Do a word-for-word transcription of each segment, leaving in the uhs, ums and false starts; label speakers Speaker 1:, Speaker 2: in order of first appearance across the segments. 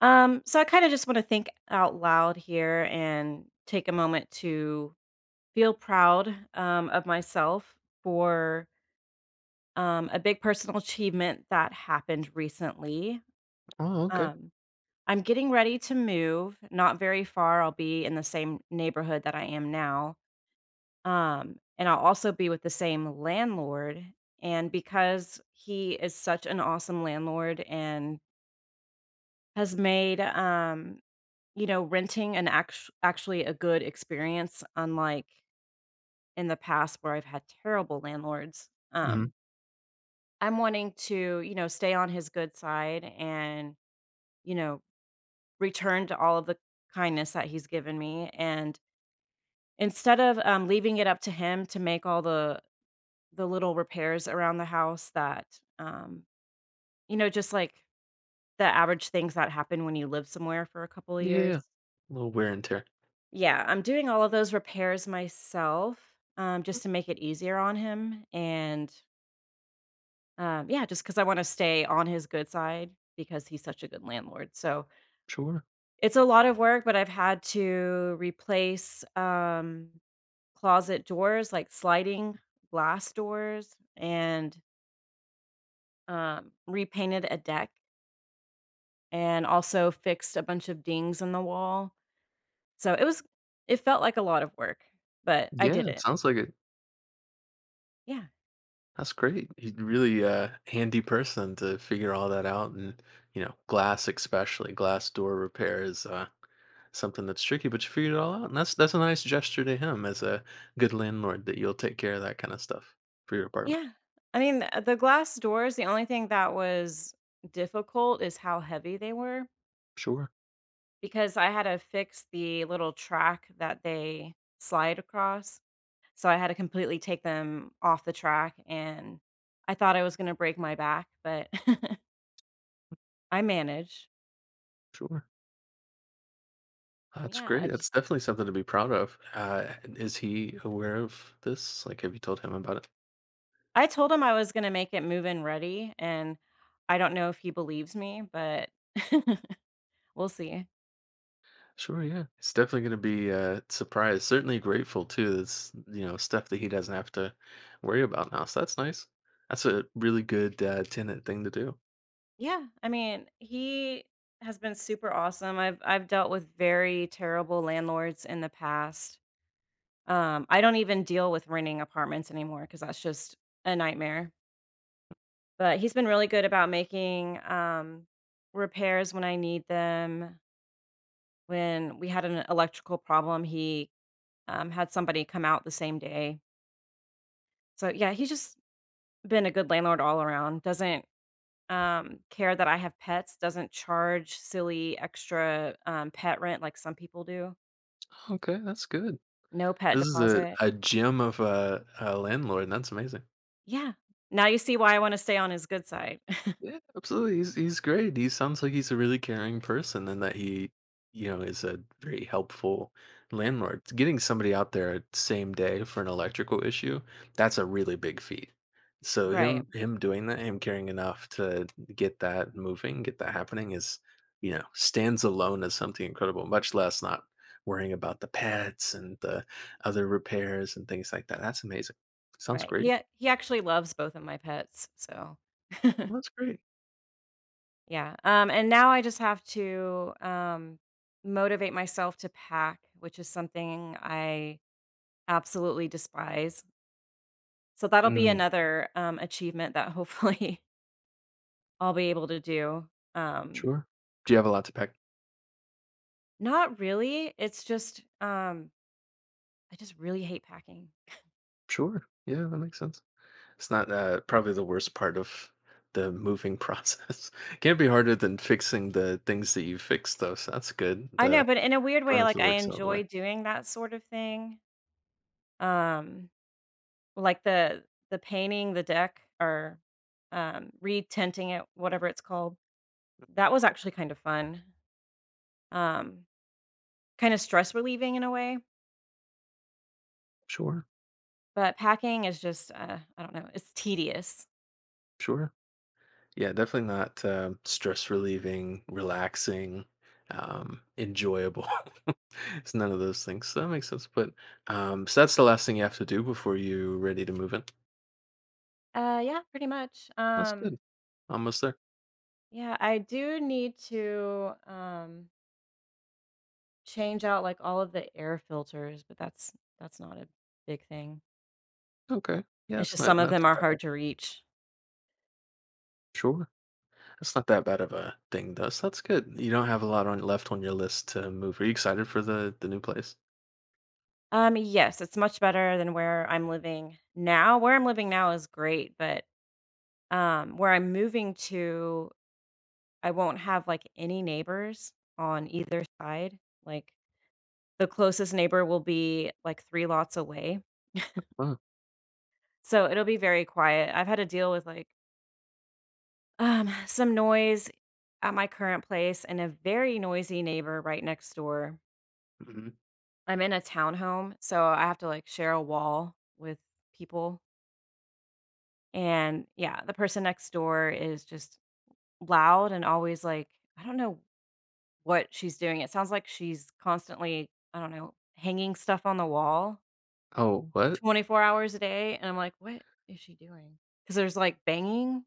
Speaker 1: Um, so I kind of just want to think out loud here and take a moment to feel proud um, of myself for um, a big personal achievement that happened recently.
Speaker 2: Oh, okay.
Speaker 1: Um, I'm getting ready to move, not very far. I'll be in the same neighborhood that I am now. Um, and I'll also be with the same landlord. And because he is such an awesome landlord and has made um, You know, renting an act actually a good experience, unlike in the past where I've had terrible landlords.
Speaker 2: Hmm.
Speaker 1: Um, I'm wanting to, you know, stay on his good side and, you know, return to all of the kindness that he's given me. And instead of um, leaving it up to him to make all the the little repairs around the house that, um, you know, just like the average things that happen when you live somewhere for a couple of
Speaker 2: Yeah,
Speaker 1: years.
Speaker 2: yeah. A little wear and tear.
Speaker 1: Yeah, I'm doing all of those repairs myself, um, just to make it easier on him, and, um, yeah, just because I wanna stay on his good side because he's such a good landlord, so,
Speaker 2: Sure.
Speaker 1: it's a lot of work, but I've had to replace, um, closet doors, like sliding glass doors, and, um, repainted a deck, and also fixed a bunch of dings in the wall, so it was it felt like a lot of work, but I did
Speaker 2: Yeah, it
Speaker 1: it.
Speaker 2: sounds like it.
Speaker 1: Yeah.
Speaker 2: That's great. He's really a handy person to figure all that out. And, you know, glass especially, glass door repair is uh, something that's tricky, but you figured it all out. And that's that's a nice gesture to him as a good landlord that you'll take care of that kind of stuff for your apartment.
Speaker 1: Yeah. I mean, uh, the glass doors, the only thing that was difficult is how heavy they were
Speaker 2: Sure,
Speaker 1: because I had to fix the little track that they slide across. So I had to completely take them off the track and I thought I was going to break my back, but I managed.
Speaker 2: sure. That's
Speaker 1: Yeah, I
Speaker 2: great.
Speaker 1: just
Speaker 2: That's definitely something to be proud of. Uh, is he aware of this? Like, have you told him about it?
Speaker 1: I told him I was going to make it move in ready and I don't know if he believes me, but we'll see.
Speaker 2: Sure, yeah. It's definitely going to be uh surprised. Certainly grateful too. That's, you know, stuff that he doesn't have to worry about now. So that's nice. That's a really good uh, tenant thing to do.
Speaker 1: Yeah, I mean, he has been super awesome. I've I've dealt with very terrible landlords in the past. Um, I don't even deal with renting apartments anymore because that's just a nightmare. But he's been really good about making um, repairs when I need them. When we had an electrical problem, he um, had somebody come out the same day. So yeah, he's just been a good landlord all around. Doesn't um, care that I have pets doesn't charge silly extra, um, pet rent like some people do.
Speaker 2: Okay, that's good.
Speaker 1: No pet
Speaker 2: This is a,
Speaker 1: deposit.
Speaker 2: a gem of a, a landlord. That's amazing.
Speaker 1: Yeah. Now you see why I wanna stay on his good side.
Speaker 2: Yeah, absolutely. He's he's great. He sounds like he's a really caring person, and that he, you know, is a very helpful landlord. Getting somebody out there same day for an electrical issue, that's a really big feat. So
Speaker 1: Right,
Speaker 2: him him doing that, him caring enough to get that moving, get that happening is, you know, stands alone as something incredible. Much less not worrying about the pets and the other repairs and things like that. That's amazing. Sounds
Speaker 1: right.
Speaker 2: great.
Speaker 1: He a he actually loves both of my pets, so
Speaker 2: Well, that's great.
Speaker 1: Yeah, um, and now I just have to, um, motivate myself to pack, which is something I absolutely despise. So that'll be
Speaker 2: Mm,
Speaker 1: another, um, achievement that hopefully I'll be able to do, um
Speaker 2: sure. Do you have a lot to pack?
Speaker 1: Not really, it's just, um, I just really hate packing.
Speaker 2: Sure. Yeah, that makes sense. It's not uh, probably the worst part of the moving process. Can't be harder than fixing the things that you fixed, though. So that's good.
Speaker 1: I know,
Speaker 2: The
Speaker 1: but in a weird
Speaker 2: run
Speaker 1: way,
Speaker 2: of
Speaker 1: like,
Speaker 2: the
Speaker 1: I
Speaker 2: work's out of the way.
Speaker 1: enjoy doing that sort of thing, um, like the the painting the deck or, um, re-tinting it, whatever it's called. That was actually kind of fun, um, kinda stress relieving in a way,
Speaker 2: Sure.
Speaker 1: but packing is just, uh, I don't know, it's tedious.
Speaker 2: Sure. Yeah, definitely not um, stress relieving, relaxing, um, enjoyable. It's none of those things. So that makes sense. But um, so that's the last thing you have to do before you're ready to move in.
Speaker 1: Uh, yeah, pretty much,
Speaker 2: That's good.
Speaker 1: um,
Speaker 2: Almost there.
Speaker 1: yeah, I do need to, um change out, like, all of the air filters, but that's that's not a big thing.
Speaker 2: Okay. Yeah,
Speaker 1: It's
Speaker 2: it's
Speaker 1: just
Speaker 2: not,
Speaker 1: some of
Speaker 2: not
Speaker 1: them
Speaker 2: that
Speaker 1: are
Speaker 2: bad.
Speaker 1: hard to reach.
Speaker 2: Sure. That's not that bad of a thing, though. So that's good. You don't have a lot on left on your list to move. Are you excited for the the new place?
Speaker 1: Um, yes, it's much better than where I'm living now. Where I'm living now is great, but, um, where I'm moving to, I won't have, like, any neighbors on either side. Like, the closest neighbor will be, like, three lots away.
Speaker 2: Oh.
Speaker 1: So, it'll be very quiet. I've had to deal with, like, um, some noise at my current place and a very noisy neighbor right next door.
Speaker 2: Mhm.
Speaker 1: I'm in a townhome, so I have to, like, share a wall with people, and yeah, the person next door is just loud and always, like I don't know what she's doing, it sounds like she's constantly, I don't know, hanging stuff on the wall
Speaker 2: Oh, what?
Speaker 1: twenty-four hours a day, and I'm like, "What is she doing? Because there's, like, banging.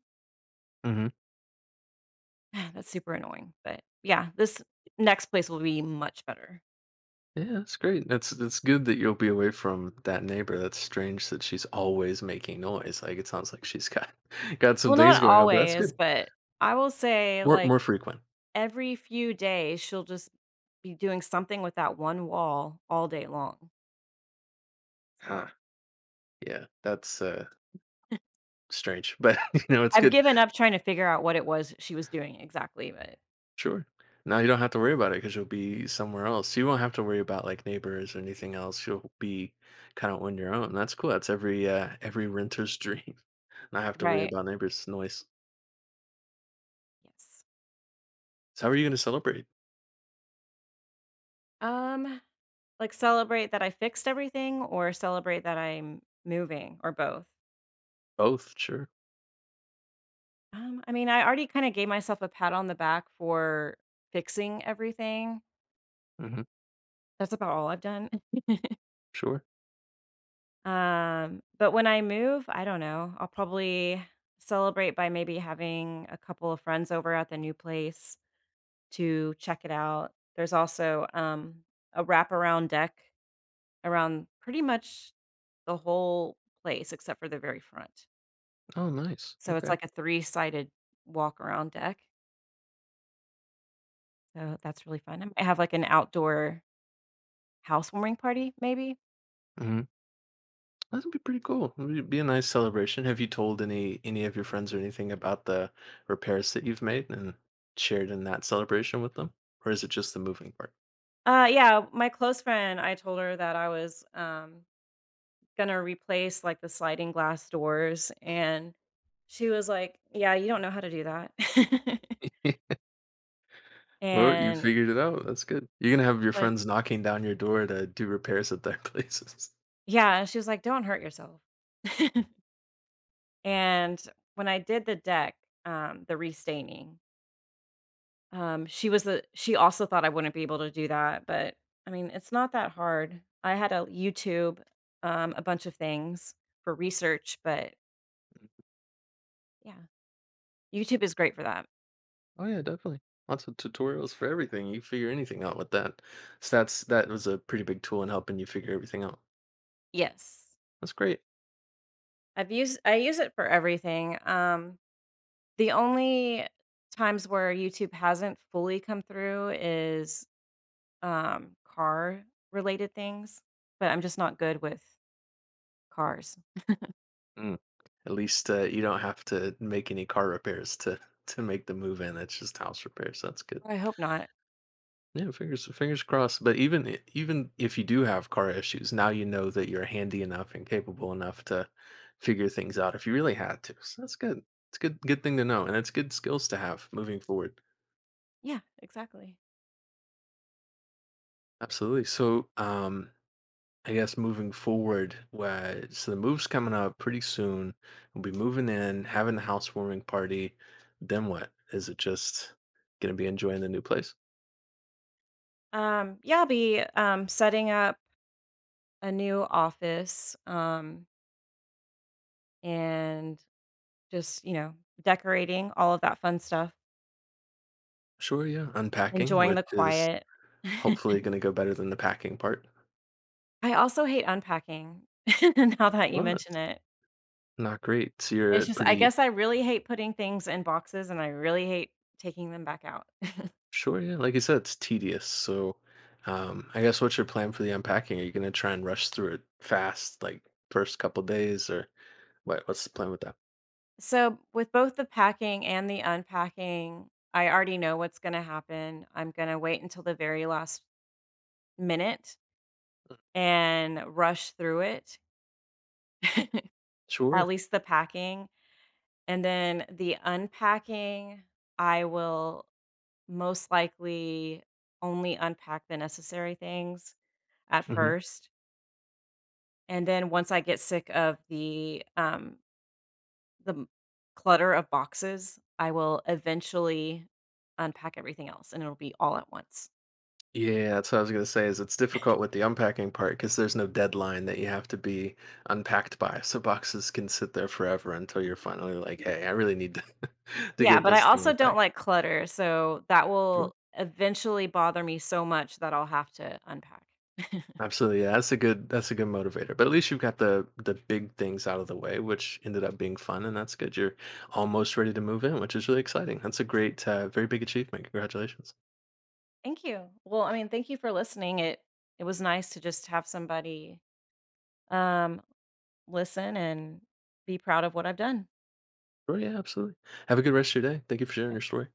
Speaker 2: Hmm.
Speaker 1: That's super annoying, but yeah, this next place will be much better.
Speaker 2: Yeah, that's great. That's that's good that you'll be away from that neighbor. That's strange that she's always making noise. Like, it sounds like she's got got some
Speaker 1: Well,
Speaker 2: things
Speaker 1: not
Speaker 2: going on, but that's
Speaker 1: always,
Speaker 2: good.
Speaker 1: but I will say,
Speaker 2: More,
Speaker 1: like
Speaker 2: more frequent.
Speaker 1: every few days, she'll just be doing something with that one wall all day long,
Speaker 2: Huh.
Speaker 1: so
Speaker 2: Yeah, that's uh strange, but you know it's
Speaker 1: I've
Speaker 2: good.
Speaker 1: given up trying to figure out what it was she was doing exactly, but
Speaker 2: Sure. Now you don't have to worry about it because you'll be somewhere else. You won't have to worry about like neighbors or anything else. You'll be kind of on your own. That's cool. That's every uh, every renter's dream. Not have to worry
Speaker 1: right.
Speaker 2: about neighbors' noise.
Speaker 1: Yes.
Speaker 2: So how are you going to celebrate?
Speaker 1: Um, like, celebrate that I fixed everything or celebrate that I'm moving or both?
Speaker 2: Both, sure.
Speaker 1: Um, I mean, I already kinda gave myself a pat on the back for fixing everything.
Speaker 2: Hmm.
Speaker 1: That's about all I've done.
Speaker 2: Sure.
Speaker 1: Um, but when I move, I don't know, I'll probably celebrate by maybe having a couple of friends over at the new place to check it out. There's also, um, a wraparound deck around pretty much the whole place except for the very front.
Speaker 2: Oh, nice.
Speaker 1: So it's
Speaker 2: Okay.
Speaker 1: like a three-sided walk around deck. So that's really fun. I might have like an outdoor housewarming party maybe.
Speaker 2: Hmm. That'd be pretty cool. It'd be a nice celebration. Have you told any any of your friends or anything about the repairs that you've made and shared in that celebration with them, or is it just the moving part?
Speaker 1: Uh, yeah, my close friend, I told her that I was, um gonna replace, like, the sliding glass doors, and she was like, "Yeah, you don't know how to do that."
Speaker 2: Well, you
Speaker 1: And,
Speaker 2: figured it out, that's good. You're gonna have your
Speaker 1: like
Speaker 2: friends knocking down your door to do repairs at their places.
Speaker 1: yeah, she was like, "Don't hurt yourself." And when I did the deck, um, the restaining, um, she was the she also thought I wouldn't be able to do that, but, I mean, it's not that hard. I had a YouTube, um, a bunch of things for research, but yeah, YouTube is great for that.
Speaker 2: Oh, yeah, definitely. Lots of tutorials for everything, you figure anything out with that. So that's that was a pretty big tool in helping you figure everything out.
Speaker 1: Yes.
Speaker 2: That's great.
Speaker 1: I've used I use it for everything, um the only times where YouTube hasn't fully come through is, um, car related things, but I'm just not good with cars.
Speaker 2: Mm. At least, uh, you don't have to make any car repairs to to make the move in, it's just house repairs, that's good.
Speaker 1: I hope not.
Speaker 2: Yeah, fingers fingers crossed. But even i- even if you do have car issues, now you know that you're handy enough and capable enough to figure things out if you really had to. So that's good. It's good good thing to know, and it's good skills to have moving forward.
Speaker 1: Yeah, exactly.
Speaker 2: Absolutely. So, um, I guess moving forward, where so the move's coming up pretty soon. We'll be moving in, having the housewarming party. Then what? Is it just gonna be enjoying the new place?
Speaker 1: Um, yeah, I'll be, um, setting up a new office, um, and just, you know, decorating, all of that fun stuff,
Speaker 2: Sure, yeah. Unpacking,
Speaker 1: enjoying the
Speaker 2: which is
Speaker 1: quiet.
Speaker 2: hopefully gonna go better than the packing part.
Speaker 1: I also hate unpacking now that you
Speaker 2: What?
Speaker 1: mention it.
Speaker 2: Not great. So
Speaker 1: It's
Speaker 2: you're
Speaker 1: just I
Speaker 2: pretty
Speaker 1: guess I really hate putting things in boxes, and I really hate taking them back out.
Speaker 2: sure, yeah. Like you said, it's tedious. So, um, I guess what's your plan for the unpacking? Are you gonna try and rush through it fast, like first couple days, or what? What's the plan with that?
Speaker 1: So, with both the packing and the unpacking, I already know what's gonna happen. I'm gonna wait until the very last minute and rush through it, at
Speaker 2: Sure.
Speaker 1: least the packing. And then the unpacking, I will most likely only unpack the necessary things at
Speaker 2: Hmm.
Speaker 1: first. And then once I get sick of the, um the m- clutter of boxes, I will eventually unpack everything else and it'll be all at once.
Speaker 2: Yeah, that's what I was gonna say. Is it's difficult with the unpacking part because there's no deadline that you have to be unpacked by, so boxes can sit there forever until you're finally like, "Hey, I really need to to
Speaker 1: Yeah,
Speaker 2: get
Speaker 1: but I
Speaker 2: this thing
Speaker 1: also don't
Speaker 2: unpacked."
Speaker 1: like clutter, so that will eventually bother me so much that I'll have to unpack.
Speaker 2: Absolutely, yeah, that's a good that's a good motivator. But at least you've got the the big things out of the way, which ended up being fun, and that's good. You're almost ready to move in, which is really exciting. That's a great, uh, very big achievement. Congratulations.
Speaker 1: Thank you. Well, I mean, thank you for listening. It it was nice to just have somebody um listen and be proud of what I've done.
Speaker 2: Sure, yeah, absolutely. Have a good rest of your day. Thank you for sharing your story.